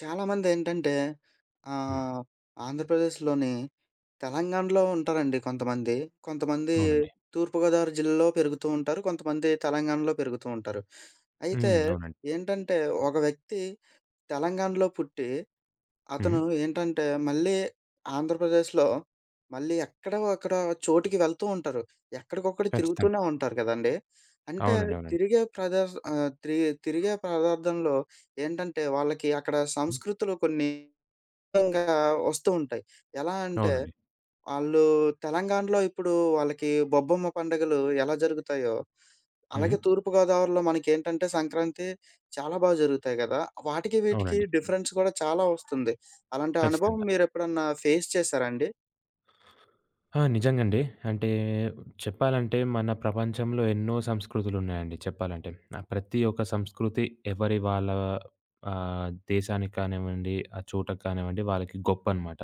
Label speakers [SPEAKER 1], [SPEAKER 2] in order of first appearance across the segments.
[SPEAKER 1] చాలామందేంటంటే
[SPEAKER 2] హ్మ్.
[SPEAKER 1] ఆహ్, ఆంధ్రప్రదేశ్‌లోని తెలంగాణలో ఉంటారండి కొంతమంది. కొంతమంది
[SPEAKER 2] అవునండి.
[SPEAKER 1] తూర్పుగోదావరి జిల్లాలో పెరుగుతూ ఉంటారు. కొంతమంది తెలంగాణలో పెరుగుతూ ఉంటారు. అయితే
[SPEAKER 2] హ్మ్. అవునండి.
[SPEAKER 1] ఏంటంటే ఒక వ్యక్తి తెలంగాణలో పుట్టి,
[SPEAKER 2] హ్మ్.
[SPEAKER 1] అతను ఏంటంటే మళ్ళీ ఆంధ్రప్రదేశ్‌లో మళ్ళీ ఎక్కడో అక్కడ చోటికి వెళ్తూ ఉంటారు. ఎక్కడికొక్కడ
[SPEAKER 2] ఖచ్చితంగా.
[SPEAKER 1] తిరుగుతూనే ఉంటారు కదండీ! అంటే
[SPEAKER 2] అవునండి. అవునండి.
[SPEAKER 1] తిరిగే ప్రదేశ్ ఆహ్, తి తిరిగే పదార్థంలో ఏంటంటే వాళ్ళకి అక్కడ
[SPEAKER 2] హ్మ్.
[SPEAKER 1] సంస్కృతులు కొన్ని విధంగా వస్తూ ఉంటాయి. ఎలా అంటే
[SPEAKER 2] అవునండి.
[SPEAKER 1] ఆళ్ళు తెలంగాణలో ఇప్పుడు వాళ్ళకి బొబ్బమ్మ పండుగలు ఎలా జరుగుతాయో,
[SPEAKER 2] హ్మ్.
[SPEAKER 1] అలాగే తూర్పు గోదావరిలో మనకేంటంటే సంక్రాంతి చాలా బా జరుగుతాయి గదా! వాటికి వీటికి
[SPEAKER 2] అవునండి.
[SPEAKER 1] డిఫరెన్స్ కూడా చాలా వస్తుంది. అలాంటి అనుభవం
[SPEAKER 2] ఖచ్చితంగా.
[SPEAKER 1] మీరెప్పుడన్నా ఫేస్ చేసారా అండి?
[SPEAKER 2] ఆ! నిజంగండి. అంటే చెప్పాలంటే మన ప్రపంచంలో ఎన్నో సంస్కృతులున్నాయండి చెప్పాలంటే. ఆ ప్రతి ఒక్క సంస్కృతి ఎవరి వాళ్ళ దేశానికి కానివ్వండి, ఆ చోటకి కానివ్వండి వాళ్ళకి గొప్పనమాట.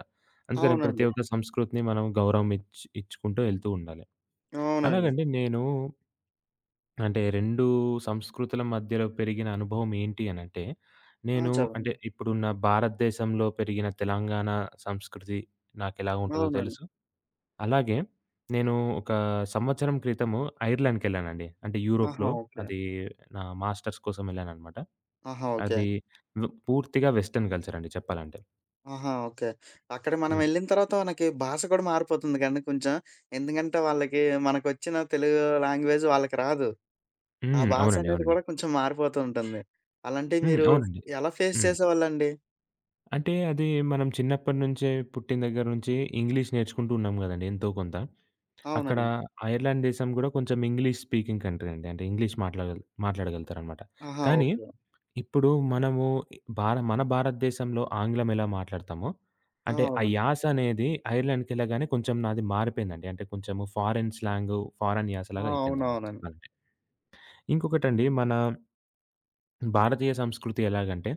[SPEAKER 2] అందుకని ప్రతి
[SPEAKER 1] అవునండి.
[SPEAKER 2] ఒక్క సంస్కృతిని మనం గౌరవం ఇచ్చుకుంటూ ఎళ్తూ ఉండాలి.
[SPEAKER 1] అవునండి.
[SPEAKER 2] అలాగండి నేను అంటే 2 సంస్కృతుల మధ్యలో పెరిగిన అనుభవం ఏంటి అనంటే,
[SPEAKER 1] ఆ!
[SPEAKER 2] నేను అంటే
[SPEAKER 1] చెప్పండి.
[SPEAKER 2] ఇప్పుడున్న భారతదేశంలో పెరిగిన తెలంగాణ సంస్కృతి నాకెలా ఉంటదో
[SPEAKER 1] అవునండి.
[SPEAKER 2] తెలుసు. అలాగే నేను ఒక సంవత్సరం క్రితము ఐర్లాండ్‌కెళ్ళానండి. అంటే
[SPEAKER 1] ఆహా!
[SPEAKER 2] యూరోప్‌లో
[SPEAKER 1] ఓకే.
[SPEAKER 2] అది నా మాస్టర్స్ కోసం ఎళ్ళాననమాట.
[SPEAKER 1] ఆహా! ఓకే.
[SPEAKER 2] అది పూర్తిగా వెస్టర్న్ కల్చర్ అండి చెప్పాలంటే.
[SPEAKER 1] ఆహా! ఓకే. అక్కడ మనం
[SPEAKER 2] హ్మ్.
[SPEAKER 1] వెళ్ళిన తర్వాత మనకి భాష కూడా మారిపోతుంది కదండీ కొంచెం. ఎందుకంటే వాళ్ళకి మనకొచ్చిన తెలుగు లాంగ్వేజ్ వాళ్ళకి రాదు. ఆ
[SPEAKER 2] హ్మ్.
[SPEAKER 1] భాష
[SPEAKER 2] అవునండి.
[SPEAKER 1] అనేది
[SPEAKER 2] అవునండి.
[SPEAKER 1] కూడా కొంచెం మారిపోతూ ఉంటుంది. అలాంటివి
[SPEAKER 2] హ్మ్.
[SPEAKER 1] మీరు
[SPEAKER 2] అవునండి.
[SPEAKER 1] ఎలా ఫేస్
[SPEAKER 2] హ్మ్.
[SPEAKER 1] చేసేవాళ్ళండి?
[SPEAKER 2] అంటే అది మనం చిన్నప్పటి నుంచే పుట్టిన దగ్గర నుంచి ఇంగ్లీష్ నేర్చుకుంటూ ఉన్నాం గదండీ ఎంతో కొంత. అక్కడ
[SPEAKER 1] అవునండి.
[SPEAKER 2] ఐర్లాండ్ దేశం గూడా కొంచెం ఇంగ్లీష్ స్పీకింగ్ కంట్రీ అండి. అంటే ఇంగ్లీష్ మాట్లాడగల్ మాట్లాడగలుగుతారనమాట.
[SPEAKER 1] ఆహా!
[SPEAKER 2] కానీ
[SPEAKER 1] ఓకే.
[SPEAKER 2] ఇప్పుడు మనము మన భారతదేశంలో ఆంగ్లం ఎలా మాట్లాడతామో,
[SPEAKER 1] ఆ!
[SPEAKER 2] అంటే ఆ
[SPEAKER 1] అవును.
[SPEAKER 2] యాస అనేది ఐర్లాండ్‌కెళ్ళగానే కొంచెం నాది మారిపోయిందండి. అంటే కొంచెము ఫారెన్ స్లాంగు, ఫారెన్
[SPEAKER 1] ఆ!
[SPEAKER 2] యాసలాగా అయిపోయిందనమాట
[SPEAKER 1] అవునవునండి.
[SPEAKER 2] చెప్పాలంటే. ఇంకొకటండి మన భారతీయ సంస్కృతి ఎలాగంటే,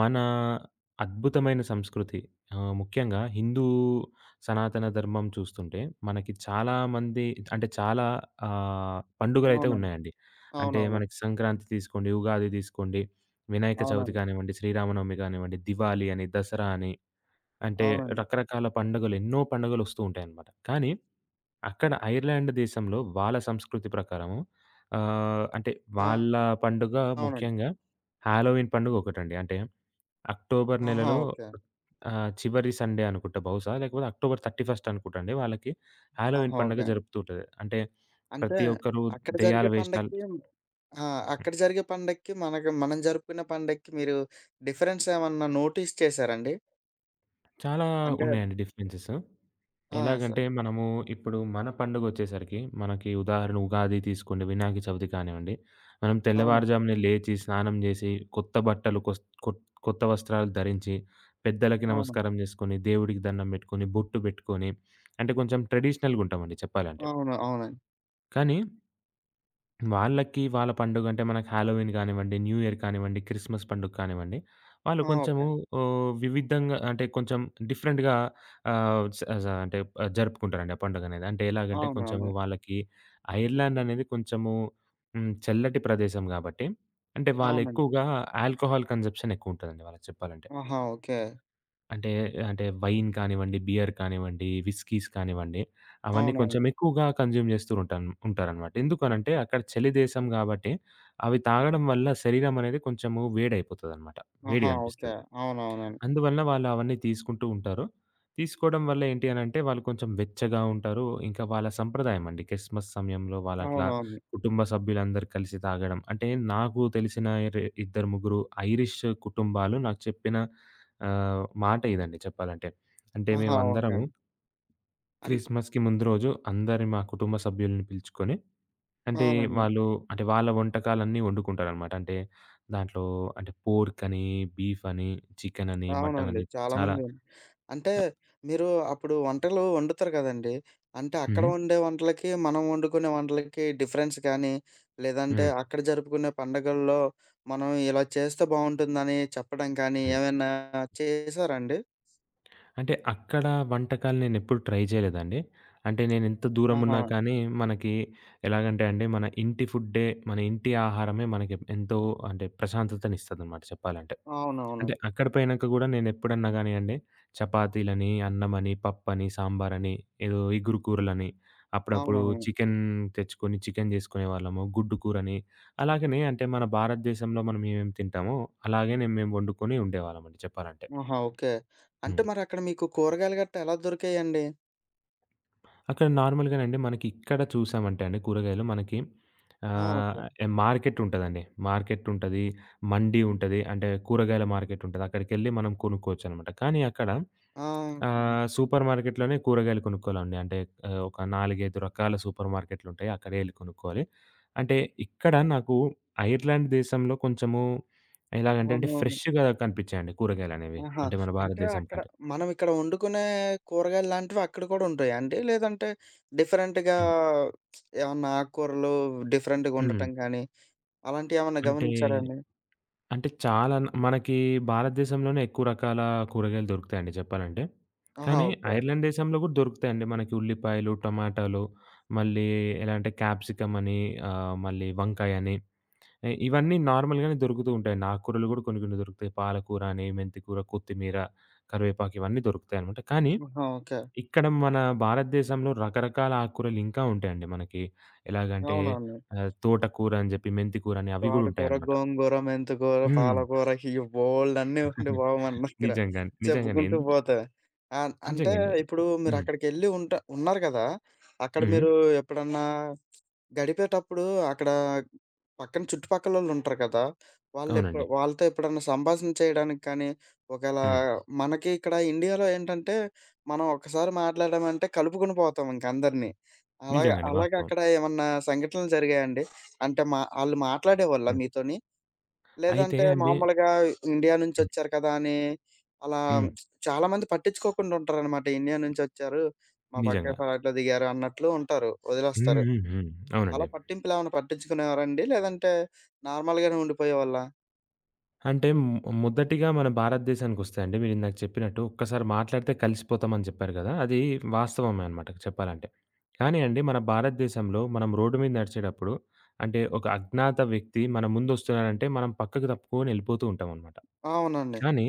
[SPEAKER 2] మన అద్భుతమైన సంస్కృతి ముఖ్యంగా హిందూ సనాతన ధర్మం చూస్తుంటే, మనకి చాలా మంది అంటే చాలా పండుగలైతే
[SPEAKER 1] అవునండి.
[SPEAKER 2] ఉన్నాయండి. అంటే
[SPEAKER 1] అవునవునండి.
[SPEAKER 2] మనకి సంక్రాంతి తీసుకోండి, ఉగాది తీసుకోండి, వినాయక చవితి
[SPEAKER 1] అవునండి.
[SPEAKER 2] కానివ్వండి, శ్రీరామనవమి కానివ్వండి, దివాళీ అని, దసరా అని, అంటే
[SPEAKER 1] అవునండి.
[SPEAKER 2] రకరకాల పండుగలు ఎన్నో పండుగలొస్తూ ఉంటాయన్నమాట. కానీ అక్కడ ఐర్లాండ్ దేశంలో వాళ్ళ సంస్కృతి ప్రకారము అంటే
[SPEAKER 1] ఆ!
[SPEAKER 2] వాళ్ళ పండుగ
[SPEAKER 1] అవునండి.
[SPEAKER 2] ముఖ్యంగా హాలోవీన్ పండుగ ఒకటండి. అంటే అక్టోబర్
[SPEAKER 1] ఆహా!
[SPEAKER 2] నెలలో
[SPEAKER 1] ఓకే.
[SPEAKER 2] చివరి సండే అనుకుంటా బహుశా లేకపోతే అక్టోబర్ 31 అనుకుంటా అండి వాళ్ళకి హాలోవీన్
[SPEAKER 1] ఆహా!
[SPEAKER 2] పండుగ
[SPEAKER 1] ఓకే అండి.
[SPEAKER 2] జరుపుతూ ఉంటది. అంటే
[SPEAKER 1] అంటే
[SPEAKER 2] ప్రతి ఒక్కరు
[SPEAKER 1] అక్కడ
[SPEAKER 2] దెయ్యాల
[SPEAKER 1] జరిగే
[SPEAKER 2] వేషాలు
[SPEAKER 1] పండక్కి ఆ! అక్కడ జరిగే పండక్కి మనకి మనం జరుపుకునే పండక్కి మీరు డిఫరెన్స్ ఏమన్నా నోటీస్ చేసారండి?
[SPEAKER 2] చాలా
[SPEAKER 1] అంటే
[SPEAKER 2] ఉన్నాయండి డిఫరెన్సెస్.
[SPEAKER 1] ఆ!
[SPEAKER 2] ఎలాగంటే
[SPEAKER 1] సరే.
[SPEAKER 2] మనము ఇప్పుడు మన పండుగొచ్చేసరికి, మనకి ఉదాహరణ ఉగాది తీసుకోండి, వినాయక చవితి కానివ్వండి. మనం
[SPEAKER 1] అవునండి.
[SPEAKER 2] తెల్లవారుజామునే లేచి, స్నానం జేసి, కొత్త బట్టలు కొస్ కొత్ కొత్త వస్త్రాలు ధరించి, పెద్దలకి
[SPEAKER 1] అవునండి.
[SPEAKER 2] నమస్కారం జేసుకొని, దేవుడికి దండం బెట్టుకొని, బొట్టు బెట్టుకొని, అంటే కొంచెం ట్రెడిషనల్‌గుంటామండి చెప్పాలంటే.
[SPEAKER 1] అవును. అవును. అవునండి.
[SPEAKER 2] కానీ వాళ్ళకి వాళ్ళ పండుగంటే మనకి హాలోవీన్ కానివ్వండి, న్యూ ఇయర్ కానివ్వండి, క్రిస్మస్ పండుగ కానివ్వండి, వాళ్ళు
[SPEAKER 1] ఆ! ఓకే
[SPEAKER 2] కొంచెము
[SPEAKER 1] అండి.
[SPEAKER 2] వివిధంగా అంటే కొంచెం డిఫరెంట్‌గా ఆహ్, స స అంటే జరుపుకుంటారండి ఆ పండుగనేది. అంటే ఎలాగంటే కొంచెం
[SPEAKER 1] అవునవును.
[SPEAKER 2] వాళ్ళకి ఐర్లాండ్ అనేది కొంచెము చల్లటి ప్రదేశం గాబట్టి, అంటే
[SPEAKER 1] అవునండి.
[SPEAKER 2] వాళ్ళెక్కువగా ఆల్కహాల్ కన్జంప్షన్ ఎక్కువుంటదండి వాళ్ళకి చెప్పాలంటే.
[SPEAKER 1] ఆహా! ఓకే.
[SPEAKER 2] అంటే, అంటే వైన్ కానివ్వండి, బియర్ కానివ్వండి, విస్కీస్ కానివ్వండి, అవన్నీ కొంచెం
[SPEAKER 1] అవునవును.
[SPEAKER 2] ఎక్కువగా కన్జ్యూమ్ చేస్తూ ఉంటారనమాట. ఎందుకనంటే, అక్కడ చలి దేశం గాబట్టి, అవి తాగడం వల్ల శరీరం అనేది కొంచెము వేడయిపోతదనమాట.
[SPEAKER 1] ఆహా! ఓకే.
[SPEAKER 2] వేడిగనిపిస్తది.
[SPEAKER 1] అవునవునండి.
[SPEAKER 2] అందువలన వాళ్ళు అవన్నీ తీసుకుంటూ ఉంటారు. తీసుకోవడం వల్ల ఏంటి అనంటే వాళ్ళు కొంచెం వెచ్చగా ఉంటారు. ఇంకా వాళ్ళ సంప్రదాయం అండి. క్రిస్మస్ సమయంలో వాళ్ళట్లా
[SPEAKER 1] అవునవును.
[SPEAKER 2] కుటుంబ సభ్యులందరూ కలిసి తాగడం. అంటే నాకు తెలిసిన రె 2, 3 ఐరిష్ కుటుంబాలు నాకు చెప్పిన మాట ఇదండి చెప్పాలంటే. అంటే
[SPEAKER 1] ఆహా! ఓకే
[SPEAKER 2] మేమందరము
[SPEAKER 1] అండి. అన్
[SPEAKER 2] క్రిస్మస్‌కి ముందు రోజు అందరి మా కుటుంబ సభ్యుల్ని పిలుచుకొని అంటే
[SPEAKER 1] అవునండి.
[SPEAKER 2] వాళ్ళు అంటే వాళ్ళ వంటకాలన్నీ వండుకుంటారనమాట. అంటే దాంట్లో అంటే పోర్క్ అని, బీఫ్ అని, చికెన్ అని, మటన్
[SPEAKER 1] అవునండి.
[SPEAKER 2] అని చాలా
[SPEAKER 1] చాలామంది అంటే
[SPEAKER 2] అ
[SPEAKER 1] మీరు అప్పుడు వంటలు వండుతారు కదండీ! అంటే అక్కడ
[SPEAKER 2] హ్మ్.
[SPEAKER 1] వండే వంటలకి, మనం వండుకునే వంటలకి డిఫరెన్స్ కానీ, లేదంటే
[SPEAKER 2] హ్మ్.
[SPEAKER 1] అక్కడ జరుపుకునే పండగల్లో మనం ఇలా చేస్తే బావుంటుందని చెప్పడం కానీ,
[SPEAKER 2] హ్మ్.
[SPEAKER 1] ఏమైనా చేసారా అండి?
[SPEAKER 2] అంటే అక్కడ వంటకాలు నేనెప్పుడు ట్రై చేయలేదండి. అంటే నేనెంత
[SPEAKER 1] ఆహా!
[SPEAKER 2] దూరమున్నా కానీ మనకి ఎలాగంటే అండి మన ఇంటి ఫుడ్డే, మన ఇంటి ఆహారమే మనకి ఎంతో అంటే ప్రశాంతతనిస్తదనమాట చెప్పాలంటే.
[SPEAKER 1] అవునవును.
[SPEAKER 2] అంటే అక్కడ పోయినాక గూడా నేనెప్పుడన్నా గానియండి చపాతీలని, అన్నమని, పప్పని, సాంబారని, ఏదో ఇగురు కూరలని, అప్పుడప్పుడు
[SPEAKER 1] అవునవును.
[SPEAKER 2] చికెన్ తెచ్చుకొని చికెన్ జేసుకునేవాళ్ళము. గుడ్డు కూరని అలాగనే అంటే మన భారతదేశంలో మనం ఏమేమి తింటామో అలాగే మేము వండుకొని ఉండేవాళ్ళమండి చెప్పాలంటే.
[SPEAKER 1] ఆహా! ఓకే. అంటే
[SPEAKER 2] హ్మ్.
[SPEAKER 1] మరక్కడ మీకు కూరగాయలు గట్టా ఎలా దొరికాయండి?
[SPEAKER 2] అక్కడ నార్మల్‌గానండి మనకి ఇక్కడ చూసామంటే అండి కూరగాయలు మనకి
[SPEAKER 1] ఆ!
[SPEAKER 2] ఆహ్,
[SPEAKER 1] ఓకే.
[SPEAKER 2] మార్కెట్ ఉంటదండి. మార్కెట్ ఉంటది, మండీ ఉంటది. అంటే కూరగాయల మార్కెట్ ఉంటది. అక్కడికెళ్ళి మనం కొనుక్కోవచ్చనమాట. కానీ అక్కడ
[SPEAKER 1] ఆ! హ్మ్.
[SPEAKER 2] సూపర్ మార్కెట్‌లోనే కూరగాయలు కొనుక్కోవాలండి. అంటే ఒక 4, 5 రకాల సూపర్ మార్కెట్‌లుంటాయి. అక్కడే ఎళ్లి కొనుక్కోవాలి. అంటే ఇక్కడ నాకు ఐర్లాండ్ దేశంలో కొంచెము ఎలాగంటే అంటే
[SPEAKER 1] అవునవును.
[SPEAKER 2] ఫ్రెష్‌గా కనిపించాయండి కూరగాయలనేవి.
[SPEAKER 1] ఆహా!
[SPEAKER 2] అంటే మన
[SPEAKER 1] అంటే
[SPEAKER 2] భారతదేశం
[SPEAKER 1] అక్కడ
[SPEAKER 2] కంటే.
[SPEAKER 1] మనం ఇక్కడ వండుకునే కూరగాయలు లాంటివి అక్కడ కూడా ఉంటాయా అండి? లేదంటే డిఫరెంట్‌గా
[SPEAKER 2] హ్మ్.
[SPEAKER 1] ఏమన్నా ఆకుకూరలు డిఫరెంట్‌గా
[SPEAKER 2] హ్మ్.
[SPEAKER 1] ఉండటం కానీ అలాంటియేమన్నా
[SPEAKER 2] అంటే
[SPEAKER 1] గమనించారా అండి?
[SPEAKER 2] అంటే చాలా మనకి భారతదేశంలోనే ఎక్కువ రకాల కూరగాయలు దొరుకుతాయండి చెప్పాలంటే.
[SPEAKER 1] ఆహా!
[SPEAKER 2] కానీ
[SPEAKER 1] ఓకే.
[SPEAKER 2] ఐర్లాండ్ దేశంలో గూడా దొరుకుతాయండి. మనకి ఉల్లిపాయలు, టమాటాలు మళ్ళీ ఎలా అంటే క్యాప్సికమ్ అని మళ్ళీ వంకాయని ఇవన్నీ నార్మల్‌గానే దొరుకుతూ ఉంటాయండి. ఆకుకూరలు గూడా కొన్ని కొన్ని దొరుకుతాయి. పాలకూర అని, మెంతికూర, కొత్తిమీర, కరివేపాకు ఇవన్నీ దొరుకుతాయనమాట. కానీ
[SPEAKER 1] ఆహా! ఓకే.
[SPEAKER 2] ఇక్కడ మన భారతదేశంలో రకరకాల ఆకుకూరలు ఇంకా ఉంటాయండి మనకి. ఎలాగంటే
[SPEAKER 1] అవునవును.
[SPEAKER 2] తోటకూర అని జెప్పి, మెంతికూర అని అవి గూడా
[SPEAKER 1] తోటకూర,
[SPEAKER 2] ఉంటాయనమాట.
[SPEAKER 1] గోంగూర, మెంతికూర,
[SPEAKER 2] హ్మ్.
[SPEAKER 1] పాలకూర ఇయి బోలెడన్ని ఉండే బాబు మన దగ్గర.
[SPEAKER 2] నిజంగానే. నిజంగానే.
[SPEAKER 1] చెప్పుకుంటూ
[SPEAKER 2] ఎందుకు
[SPEAKER 1] పోతే. అంటే
[SPEAKER 2] నిజంగానే.
[SPEAKER 1] ఇప్పుడు
[SPEAKER 2] హ్మ్.
[SPEAKER 1] మీరక్కడికెళ్ళి ఉన్నారు కదా! అక్కడ
[SPEAKER 2] హ్మ్.
[SPEAKER 1] మీరు ఎప్పుడన్నా గడిపేటప్పుడు అక్కడ పక్కన చుట్టుపక్కలోళ్ళుంటారు కదా!
[SPEAKER 2] అవునండి.
[SPEAKER 1] వాళ్ళతో ఎప్పుడన్నా సంభాషణ చేయడానికి కానీ, ఒకేళ
[SPEAKER 2] హ్మ్.
[SPEAKER 1] మనకి ఇక్కడ ఇండియాలో ఏంటంటే, మనం ఒక్కసారి మాట్లాడామంటే కలుపుకొని పోతాం ఇంకందరిని.
[SPEAKER 2] నిజంగానే వాస్తవం.
[SPEAKER 1] అలాగక్కడ ఏమన్నా సంఘటనలు జరిగాయండి? అంటే మా ఆళ్ళు మాట్లాడేవాళ్ళా
[SPEAKER 2] హ్మ్.
[SPEAKER 1] మీతోని?
[SPEAKER 2] అయితే
[SPEAKER 1] లేదంటే
[SPEAKER 2] అండి
[SPEAKER 1] మామూలుగా ఇండియా
[SPEAKER 2] హ్మ్.
[SPEAKER 1] నుంచొచ్చారు కదా! అని అలా
[SPEAKER 2] హ్మ్.
[SPEAKER 1] చాలా మంది పట్టించుకోకుండా ఉంటారనమాట. ఇండియా నుంచొచ్చారు, మా పక్క
[SPEAKER 2] నిజంగా.
[SPEAKER 1] ఫ్లాట్‌లో దిగారు అన్నట్లు ఉంటారు.
[SPEAKER 2] హ్మ్.
[SPEAKER 1] వదిలేస్తారు.
[SPEAKER 2] హ్మ్. హ్మ్.
[SPEAKER 1] అలా
[SPEAKER 2] అవునండి.
[SPEAKER 1] పట్టింపులేమన్నా పట్టించుకునేవారండి? లేదంటే నార్మల్‌గానే ఉండిపోయేవాళ్ళా?
[SPEAKER 2] అంటే మొదటిగా మన భారతదేశానికొస్తే అండి మీరిందాక చెప్పినట్టు ఒక్కసారి మాట్లాడితే కలిసిపోతామని చెప్పారు గదా! అది వాస్తవమే అనమాట చెప్పాలంటే. కానీ అండి మన భారతదేశంలో మనం రోడ్డు మీద నడిచేటప్పుడు అంటే ఒక అజ్ఞాత వ్యక్తి మన ముందొస్తున్నాడంటే మనం పక్కకు తప్పుకొని ఎళ్ళిపోతూ ఉంటామనమాట.
[SPEAKER 1] అవునండి.
[SPEAKER 2] కానీ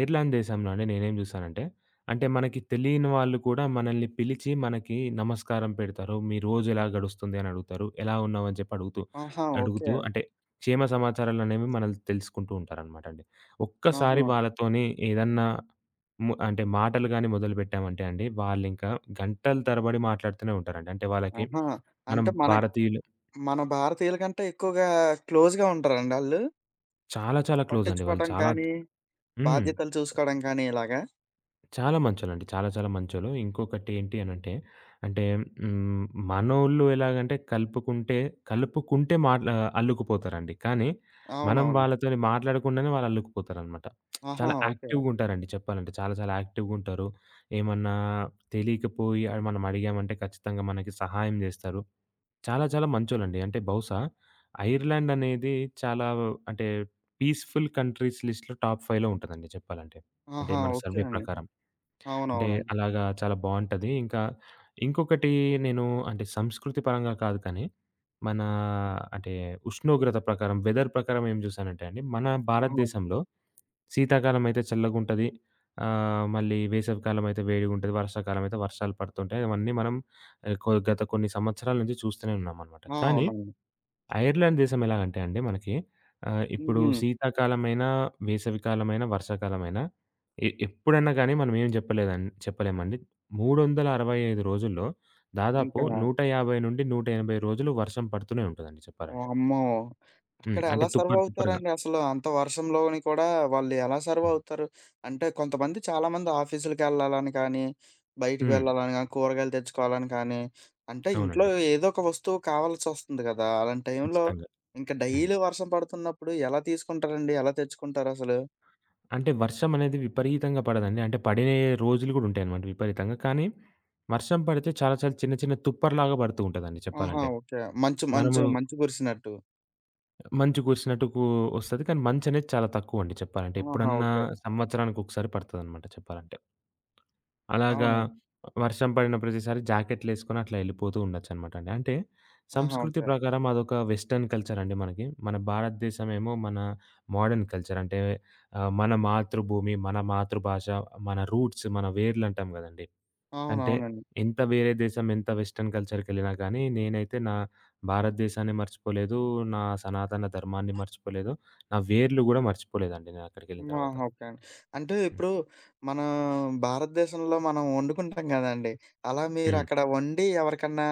[SPEAKER 2] ఐర్లాండ్ దేశంలోనే నేనేం జూసానంటే, అంటే మనకి తెలియని వాళ్ళు కూడా మనల్ని పిలిచి మనకి నమస్కారం పెడతారు. "మీ రోజెలా గడుస్తుంది?" అని అడుగుతారు. "ఎలా ఉన్నావు?" అని చెప్పి అడుగుతూ
[SPEAKER 1] ఆహా!
[SPEAKER 2] అడుగుతూ
[SPEAKER 1] ఓకే.
[SPEAKER 2] అంటే క్షేమ సమాచారాలనేవి మనల్ని తెలుసుకుంటూ ఉంటారనమాట అండి. ఒక్కసారి
[SPEAKER 1] ఆహా!
[SPEAKER 2] వాళ్ళతోని ఏదన్నా అంటే మాటలు గాని మొదలుపెట్టామంటే అండి, వాళ్ళింకా గంటల తరబడి మాట్లాడుతూనే ఉంటారండి. అంటే వాళ్ళకి
[SPEAKER 1] ఆహా!
[SPEAKER 2] మనం
[SPEAKER 1] అంటే మన
[SPEAKER 2] భారతీయులు
[SPEAKER 1] మన భారతీయుల కంటే ఎక్కువగా క్లోజ్‌గా ఉంటారండి ఆళ్ళు?
[SPEAKER 2] చాలా చాలా క్లోజ్ అండి వాళ్ళు
[SPEAKER 1] పట్టించుకోవటం
[SPEAKER 2] చాలా
[SPEAKER 1] కానీ,
[SPEAKER 2] హ్మ్.
[SPEAKER 1] బాధ్యతలు చూసుకోవడం కానీ ఇలాగా?
[SPEAKER 2] చాలా మంచోళ్ళండి. చాలా చాలా మంచోళ్ళు. ఇంకొకటేంటి అనంటే, అంటే హ్మ్, మనోళ్ళు ఎలాగంటే కలుపుకుంటే, కలుపుకుంటే అల్లుకుపోతారండి. కానీ మనం
[SPEAKER 1] అవునవును.
[SPEAKER 2] వాళ్ళతోని మాట్లాడకుండానే వాళ్ళు అల్లుకుపోతారనమాట.
[SPEAKER 1] ఆహా!
[SPEAKER 2] చాలా
[SPEAKER 1] ఓకే.
[SPEAKER 2] యాక్టివ్‌గుంటారండి చెప్పాలంటే. చాలా చాలా యాక్టివ్‌గుంటారు. ఏమన్నా తెలియకపోయి మనం అడిగామంటే ఖచ్చితంగా మనకి సహాయం జేస్తారు. చాలా చాలా మంచోళ్ళండి. అంటే బహుశా ఐర్లాండ్ అనేది చాలా అంటే పీస్‌ఫుల్ కంట్రీస్ లిస్ట్‌లో టాప్ 5లో ఉంటదండి చెప్పాలంటే. అంటే
[SPEAKER 1] ఆహా!
[SPEAKER 2] మన
[SPEAKER 1] ఓకే
[SPEAKER 2] సర్వే
[SPEAKER 1] అండి.
[SPEAKER 2] ప్రకారం. అంటే
[SPEAKER 1] అవునవునండి.
[SPEAKER 2] అలాగా చాలా బావుంటది. ఇంకా ఇంకొకటి నేను అంటే సంస్కృతి పరంగా కాదు కానీ, మన అంటే ఉష్ణోగ్రత ప్రకారం, వెదర్ ప్రకారం ఏం జూసానంటే అండి, మన
[SPEAKER 1] ఆహా!
[SPEAKER 2] భారతదేశంలో శీతాకాలం అయితే చల్లగుంటది. మళ్ళీ వేసవికాలం అయితే వేడిగుంటది. వర్షాకాలం అయితే వర్షాలు పడుతుంటాయి. అవన్నీ మనం ఆహ్, కొ గత కొన్ని సంవత్సరాల నుంచి చూస్తూనే ఉన్నామనమాట.
[SPEAKER 1] ఆ!
[SPEAKER 2] కానీ
[SPEAKER 1] అవునండి.
[SPEAKER 2] ఐర్లాండ్ దేశం ఎలాగంటే అండి మనకి ఇప్పుడు
[SPEAKER 1] హుహు.
[SPEAKER 2] శీతాకాలమైనా, వేసవికాలమైనా, వర్షాకాలమైనా ఎప్పుడన్నా గాని మనం ఏం చెప్పలేమండి. 365 రోజుల్లో దాదాపు
[SPEAKER 1] ఇంకా
[SPEAKER 2] 150-180 రోజులు వర్షం పడుతూనే ఉంటదండి చెప్పాలంటే.
[SPEAKER 1] వామ్మో!
[SPEAKER 2] హ్మ్.
[SPEAKER 1] అక్కడ
[SPEAKER 2] అంటే
[SPEAKER 1] ఎలా సర్వ్
[SPEAKER 2] తుప్పరు తుప్పరుగా.
[SPEAKER 1] అవుతారండి అసలు? అంత వర్షంలోని కూడా వాళ్ళు ఎలా సర్వ్ అవుతారు? అంటే కొంతమంది చాలామంది ఆఫీసులకెళ్ళాలని కానీ, బయటికి
[SPEAKER 2] హ్మ్.
[SPEAKER 1] వెళ్ళాలని గానీ, కూరగాయలు తెచ్చుకోవాలని కానీ, అంటే ఇంట్లో
[SPEAKER 2] అవునండి.
[SPEAKER 1] ఏదో ఒక వస్తువు కావాల్సొస్తుంది కదా! అలాంటి టైంలో
[SPEAKER 2] ఖచ్చితంగా.
[SPEAKER 1] ఇంకా
[SPEAKER 2] హ్మ్.
[SPEAKER 1] డైలీ వర్షం పడుతున్నప్పుడు ఎలా తీసుకుంటారండి? ఎలా తెచ్చుకుంటారసలు?
[SPEAKER 2] అంటే వర్షం అనేది విపరీతంగా పడదండి. అంటే పడే రోజులు గూడా ఉంటాయన్నమాట విపరీతంగా. కానీ వర్షం పడితే చాలా చాలా చిన్న చిన్న తుప్పరులాగా పడుతూ ఉంటదండి
[SPEAKER 1] ఆహా!
[SPEAKER 2] చెప్పాలంటే.
[SPEAKER 1] ఓకే. మంచు,
[SPEAKER 2] మనము
[SPEAKER 1] మంచు, మంచు కురిసినట్టు.
[SPEAKER 2] మంచు కురిసినట్టు ఒస్తది. కానీ మంచనేది చాలా తక్కువండి చెప్పాలంటే.
[SPEAKER 1] ఆహా!
[SPEAKER 2] ఎప్పుడన్నా
[SPEAKER 1] ఓకే.
[SPEAKER 2] సంవత్సరానికొకసారి పడతదనమాట చెప్పాలంటే. అలాగా
[SPEAKER 1] అవునండి.
[SPEAKER 2] వర్షం పడిన ప్రతిసారి జాకెట్‌లేసుకొని అట్లా ఎళ్ళిపోతూ ఉండొచ్చనమాట అండి. అంటే
[SPEAKER 1] ఆహా!
[SPEAKER 2] సంస్కృతి
[SPEAKER 1] ఓకే.
[SPEAKER 2] ప్రకారం అదొక వెస్టర్న్ కల్చరండి మనకి. మన భారతదేశమేమో మన మోడర్న్ కల్చర్. అంటే మన మాతృభూమి, మన మాతృభాష, మన రూట్స్, మన వేర్లంటాం గదండీ! అంటే
[SPEAKER 1] అవునవునండి.
[SPEAKER 2] ఎంత వేరే దేశం, ఎంత వెస్టర్న్ కల్చర్‌కెళ్ళినా గానీ, నేనైతే నా భారతదేశాన్ని మర్చిపోలేదు. నా సనాతన ధర్మాన్ని మర్చిపోలేదు. నా వేర్లు గూడా మర్చిపోలేదండి నేనక్కడికెళ్ళిన
[SPEAKER 1] హ్మ్.
[SPEAKER 2] తర్వాత.
[SPEAKER 1] ఆహా! ఓకే అండి. అంటే
[SPEAKER 2] హ్మ్.
[SPEAKER 1] ఇప్పుడు మన భారతదేశంలో మనం వండుకుంటాం గదండీ! అలా
[SPEAKER 2] హ్మ్.
[SPEAKER 1] మీరక్కడ వండి ఎవరికన్నా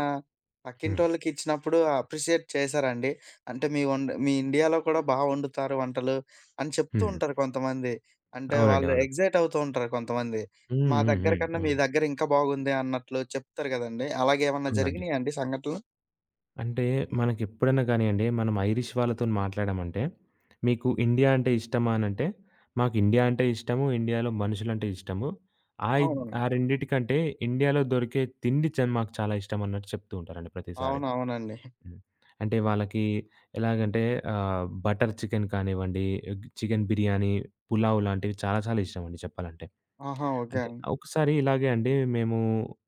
[SPEAKER 2] హ్మ్.
[SPEAKER 1] పక్కింటోళ్ళకి ఇచ్చినప్పుడు అప్రిషియేట్ చేశారండి? అంటే మీ ఇండియాలో కూడా బా వండుతారు వంటలు అని చెప్తూ
[SPEAKER 2] హ్మ్.
[SPEAKER 1] ఉంటారు కొంతమంది. అంటే
[SPEAKER 2] అవునండి.
[SPEAKER 1] వాళ్ళు
[SPEAKER 2] అవునండి.
[SPEAKER 1] ఎక్సైట్ అవుతూ ఉంటారు కొంతమంది.
[SPEAKER 2] హ్మ్.
[SPEAKER 1] మా
[SPEAKER 2] హ్మ్.
[SPEAKER 1] దగ్గర
[SPEAKER 2] హ్మ్.
[SPEAKER 1] కన్నా మీ
[SPEAKER 2] అవును.
[SPEAKER 1] దగ్గర ఇంకా బాగుంది అన్నట్లు చెప్తారు గదండీ! అలాగేమన్నా
[SPEAKER 2] అవునండి.
[SPEAKER 1] జరిగినాయా అండి సంఘటనలు?
[SPEAKER 2] అంటే మనకెప్పుడైనా గానియండి, మనం ఐరిష్ వాళ్ళతోని మాట్లాడామంటే, "మీకు ఇండియా అంటే ఇష్టమా?" అనంటే, "మాకు ఇండియా అంటే ఇష్టము. ఇండియాలో మనుషులంటే ఇష్టము.
[SPEAKER 1] అవునవును.
[SPEAKER 2] ఆ రెండిటికంటే ఇండియాలో దొరికే తిండి మాకు చాలా ఇష్టం" అన్నట్టు చెప్తూ ఉంటారండి ప్రతిసారి.
[SPEAKER 1] అవునవునండి.
[SPEAKER 2] హ్మ్. అంటే వాళ్ళకి ఎలాగంటే బటర్ చికెన్ కానివ్వండి, ఎగ్ చికెన్ బిర్యానీ, పులావ్ లాంటివి చాలా చాలా ఇష్టమండి చెప్పాలంటే.
[SPEAKER 1] ఆహా! ఓకే
[SPEAKER 2] అంటే
[SPEAKER 1] అండి.
[SPEAKER 2] ఒకసారి ఇలాగే అండి మేము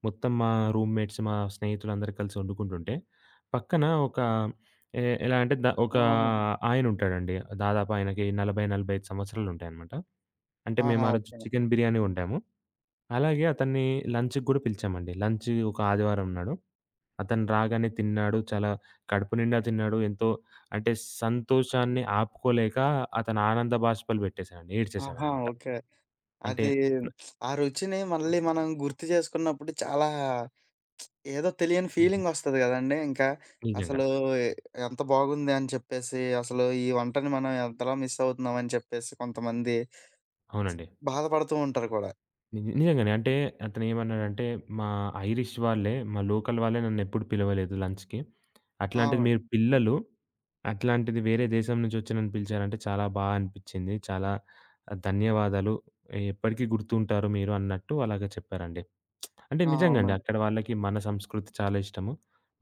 [SPEAKER 2] మొత్తం మా రూమ్‌మేట్స్, మా స్నేహితులందరూ కలిసి వండుకుంటుంటే, పక్కన ఒక ఎ ఎలా అంటే ద ఒక
[SPEAKER 1] అవును.
[SPEAKER 2] ఆయనుంటాడండి. దాదాపు ఆయనకి 40, 45 సంవత్సరాలుంటాయనమాట. అంటే మేము
[SPEAKER 1] ఆహా!
[SPEAKER 2] ఆ రోజు
[SPEAKER 1] ఓకే.
[SPEAKER 2] చికెన్ బిర్యానీ వండాము. అలాగే అతన్ని లంచ్‌కి గూడా పిలిచామండి. లంచ్ ఒక ఆదివారం నాడు. అతను రాగానే తిన్నాడు. చాలా కడుపు నిండా తిన్నాడు. ఎంతో అంటే సంతోషాన్ని ఆపుకోలేక అతని ఆనంద బాష్పాలు పెట్టేసాడండి.
[SPEAKER 1] ఆహా!
[SPEAKER 2] ఏడ్చేసాడనమాట.
[SPEAKER 1] ఓకే.
[SPEAKER 2] అంటే
[SPEAKER 1] అది ఆ రుచిని మళ్ళీ మనం గుర్తు చేసుకున్నప్పుడు చాలా ఏదో తెలియని ఫీలింగొస్తది గదండీ! ఇంకా
[SPEAKER 2] నిజంగా.
[SPEAKER 1] అసలు ఎ ఎంత బాగుంది అని చెప్పేసి, అసలు ఈ వంటని మనం ఎంతలా మిస్ అవుతున్నాం అని చెప్పేసి కొంతమంది
[SPEAKER 2] అవునండి.
[SPEAKER 1] బాధపడుతూ ఉంటారు కూడా.
[SPEAKER 2] నిజంగానే. అంటే అతనేమన్నాడంటే, మా ఐరిష్ వాళ్ళే, మా లోకల్ వాళ్ళే నన్నెప్పుడు పిలవలేదు లంచ్‌కి. అట్లాంటిది మీరు
[SPEAKER 1] అవునండి.
[SPEAKER 2] పిల్లలు, అట్లాంటిది వేరే దేశం నుంచి వచ్చి నన్ను పిలిచారంటే చాలా బా అనిపిచ్చింది. చాలా ధన్యవాదాలు. ఎప్పటికీ గుర్తుంటారు మీరు అన్నట్టు అలాగా చెప్పారండి. అంటే
[SPEAKER 1] ఆ!
[SPEAKER 2] నిజంగండి.
[SPEAKER 1] అవునండి.
[SPEAKER 2] అక్కడ వాళ్ళకి మన సంస్కృతి చాలా ఇష్టము.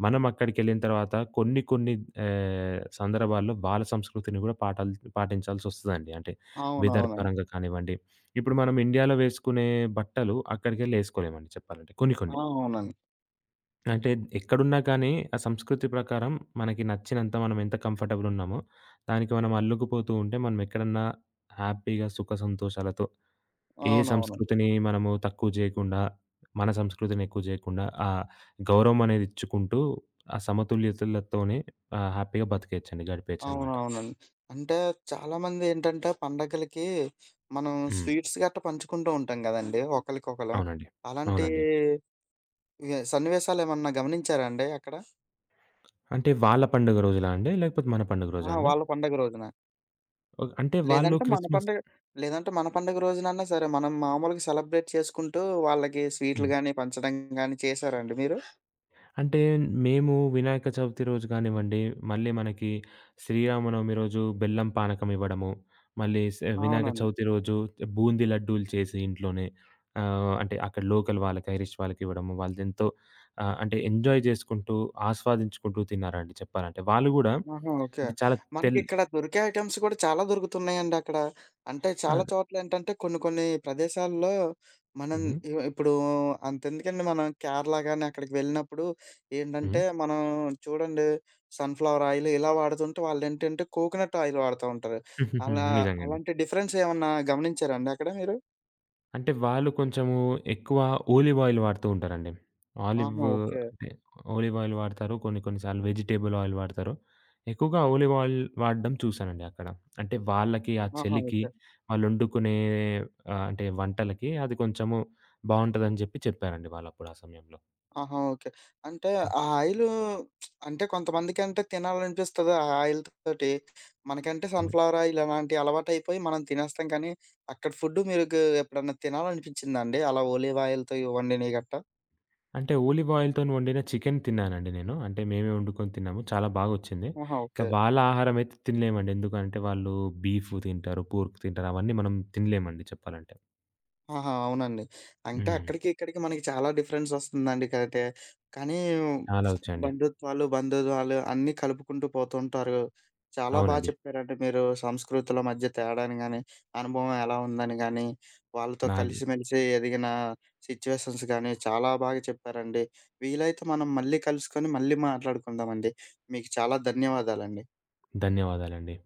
[SPEAKER 2] మనం అక్కడికెళ్ళిన తర్వాత కొన్ని కొన్ని సందర్భాల్లో వాళ్ళ సంస్కృతిని గూడా పాటించాల్సొస్తదండి. అంటే వెదర్
[SPEAKER 1] అవునవునండి.
[SPEAKER 2] పరంగా కానివ్వండి. ఇప్పుడు మనం ఇండియాలో వేసుకునే బట్టలు అక్కడికెళ్ళి ఏసుకోలేమండి చెప్పాలంటే కొన్ని
[SPEAKER 1] ఆ!
[SPEAKER 2] కొన్ని.
[SPEAKER 1] అవునండి.
[SPEAKER 2] అంటే ఎక్కడున్నా కానీ ఆ సంస్కృతి ప్రకారం మనకి నచ్చినంత మనం ఎంత కంఫర్టబుల్ ఉన్నామో దానికి మనం అల్లుకుపోతూ ఉంటే మనం ఎక్కడన్నా హ్యాపీగా సుఖ సంతోషాలతో ఏ
[SPEAKER 1] అవునవునండి.
[SPEAKER 2] సంస్కృతిని మనము తక్కువ జేయకుండా, మన సంస్కృతిని ఎక్కువ జేయకుండా, గౌరవం అనేది ఇచ్చుకుంటూ, ఆ సమతుల్యతలతోనే హ్యాపీగా బతికేయచ్చండి. గడిపేయచ్చనమాట.
[SPEAKER 1] అవునవునండి. అంటే చాలామంది ఏంటంటే పండగలకి మనం
[SPEAKER 2] హ్మ్.
[SPEAKER 1] స్వీట్స్ గట్టా పంచుకుంటూ ఉంటాం గదండీ! ఒకళ్ళకొకళం.
[SPEAKER 2] అవునండి.
[SPEAKER 1] అలాంటి
[SPEAKER 2] అవునండి.
[SPEAKER 1] ఇగ సన్నివేశాలేమన్నా గమనించారా అండి అక్కడ?
[SPEAKER 2] అంటే వాళ్ళ పండుగ రోజులా అండి? లేకపోతే మన పండుగ రోజా
[SPEAKER 1] ఆ!
[SPEAKER 2] అండి?
[SPEAKER 1] వాళ్ళ పండగ రోజున.
[SPEAKER 2] ఓహ్! అంటే వాళ్ళు
[SPEAKER 1] లేదంటే మన
[SPEAKER 2] క్రిస్మస్
[SPEAKER 1] పండగ లేదంటే మన పండగ రోజునన్నా సరే, మనం మామూలుగా సెలబ్రేట్ చేసుకుంటూ వాళ్ళకి స్వీటులు
[SPEAKER 2] హ్మ్.
[SPEAKER 1] గాని పంచడం గాని చేసారా అండి మీరు?
[SPEAKER 2] అంటే మేము వినాయక చవితి రోజు కానివ్వండి, మళ్ళీ మనకి శ్రీరామనవమి రోజు బెల్లం పానకం ఇవ్వడము, మళ్ళీ వినాయక
[SPEAKER 1] అవునండి.
[SPEAKER 2] చవితి రోజు బూందీ లడ్డూలు చేసి ఇంట్లోనే అంటే అక్కడ లోకల్ వాళ్ళకి, ఐరిష్ వాళ్ళకి ఇవ్వడము. వాళ్ళదెంతో అంటే ఎంజాయ్ చేసుకుంటూ, ఆస్వాదించుకుంటూ తిన్నారండి చెప్పాలంటే. వాళ్ళు గూడా
[SPEAKER 1] ఆహా! ఓకే.
[SPEAKER 2] అంటే చాలా తెల్
[SPEAKER 1] మనకిక్కడ దొరికే ఐటెమ్స్ కూడా చాలా దొరుకుతున్నాయండి అక్కడ. అంటే
[SPEAKER 2] ఆ!
[SPEAKER 1] చాలా చోట్లేంటంటే కొన్ని కొన్ని ప్రదేశాల్లో మనం
[SPEAKER 2] హ్మ్.
[SPEAKER 1] ఇప్పుడు అంతెందుకండి మనం కేరళ గాని అక్కడికి వెళ్ళినప్పుడు
[SPEAKER 2] హ్మ్.
[SPEAKER 1] ఏంటంటే మనం చూడండి సన్‌ఫ్లవర్ ఆయిల్ ఇలా వాడుతుంటే వాళ్ళేంటంటే కోకోనట్ ఆయిల్ వాడుతా ఉంటారు. అలా
[SPEAKER 2] నిజంగా అండి.
[SPEAKER 1] అలాంటి డిఫరెన్స్ ఏమన్నా గమనించారా అండి అక్కడ మీరు?
[SPEAKER 2] అంటే వాళ్ళు కొంచెము ఎక్కువ ఓలివ్ ఆయిల్ వాడుతూ ఉంటారండి. ఆలివ్
[SPEAKER 1] ఆహా! ఓకే.
[SPEAKER 2] అంటే ఓలివ్ ఆయిల్ వాడతారు. కొన్ని కొన్ని సార్లు వెజిటబుల్ ఆయిల్ వాడతారు. ఎక్కువగా ఓలివ్ ఆయిల్ వాడడం చూసానండి అక్కడ. అంటే వాళ్ళకి ఆ
[SPEAKER 1] ఆహా!
[SPEAKER 2] చలికి
[SPEAKER 1] ఓకే.
[SPEAKER 2] వాళ్ళొండుకునే అంటే వంటలకి అది కొంచెము బావుంటదని జెప్పి చెప్పారండి వాళ్ళప్పుడు ఆ సమయంలో.
[SPEAKER 1] ఆహా! ఓకే. అంటే
[SPEAKER 2] హ్మ్.
[SPEAKER 1] ఆ ఆయిలు అంటే కొంతమందికంటే తినాలనిపిస్తది. ఆ ఆయిల్ తోటి. మనకంటే
[SPEAKER 2] హ్మ్.
[SPEAKER 1] సన్‌ఫ్లవర్ ఆయిల్ అలాంటి అలవాటైపోయి మనం తినేస్తాం కానీ, అక్కడ ఫుడ్ మీకు ఎప్పుడన్నా తినాలనిపించిందా అండి? అలా ఒలీవ్ ఆయిల్‌తో వండినయి గట్టా?
[SPEAKER 2] అంటే ఓలివ్ ఆయిల్‌తోని వండిన చికెన్ తిన్నానండి నేను. అంటే మేమే వండుకొని తిన్నాము. చాలా బాగొచ్చింది.
[SPEAKER 1] ఆహా!
[SPEAKER 2] ఇక
[SPEAKER 1] ఓకే.
[SPEAKER 2] వాళ్ళ ఆహారం అయితే తినలేమండి. ఎందుకంటే వాళ్ళు బీఫ్ తింటారు, పోర్క్ తింటారు. అవన్నీ మనం తినలేమండి చెప్పాలంటే.
[SPEAKER 1] ఆహా! అవునండి. అంటే
[SPEAKER 2] హ్మ్.
[SPEAKER 1] అక్కడికి, ఇక్కడికి మనకి చాలా డిఫరెన్స్ వస్తుందండి కరెక్టే. కానీ
[SPEAKER 2] చాలా వచ్చండి.
[SPEAKER 1] బంధుత్వాలు, బంధుత్వాలు అన్నీ కలుపుకుంటూ పోతుంటారు. చాలా బా
[SPEAKER 2] అవునండి.
[SPEAKER 1] చెప్పారండి మీరు సంస్కృతుల మధ్య తేడాని గాని, అనుభవం ఎలా ఉందని గాని, వాళ్ళతో
[SPEAKER 2] నాకు
[SPEAKER 1] కలిసిమెలిసి ఎదిగిన సిట్యుయేషన్స్ గాని చాలా బాగా చెప్పారండి. వీలైతే మనం మళ్ళీ కలుసుకొని మళ్ళీ మాట్లాడుకుందామండి. మీకు చాలా ధన్యవాదాలండి.
[SPEAKER 2] ధన్యవాదాలండి.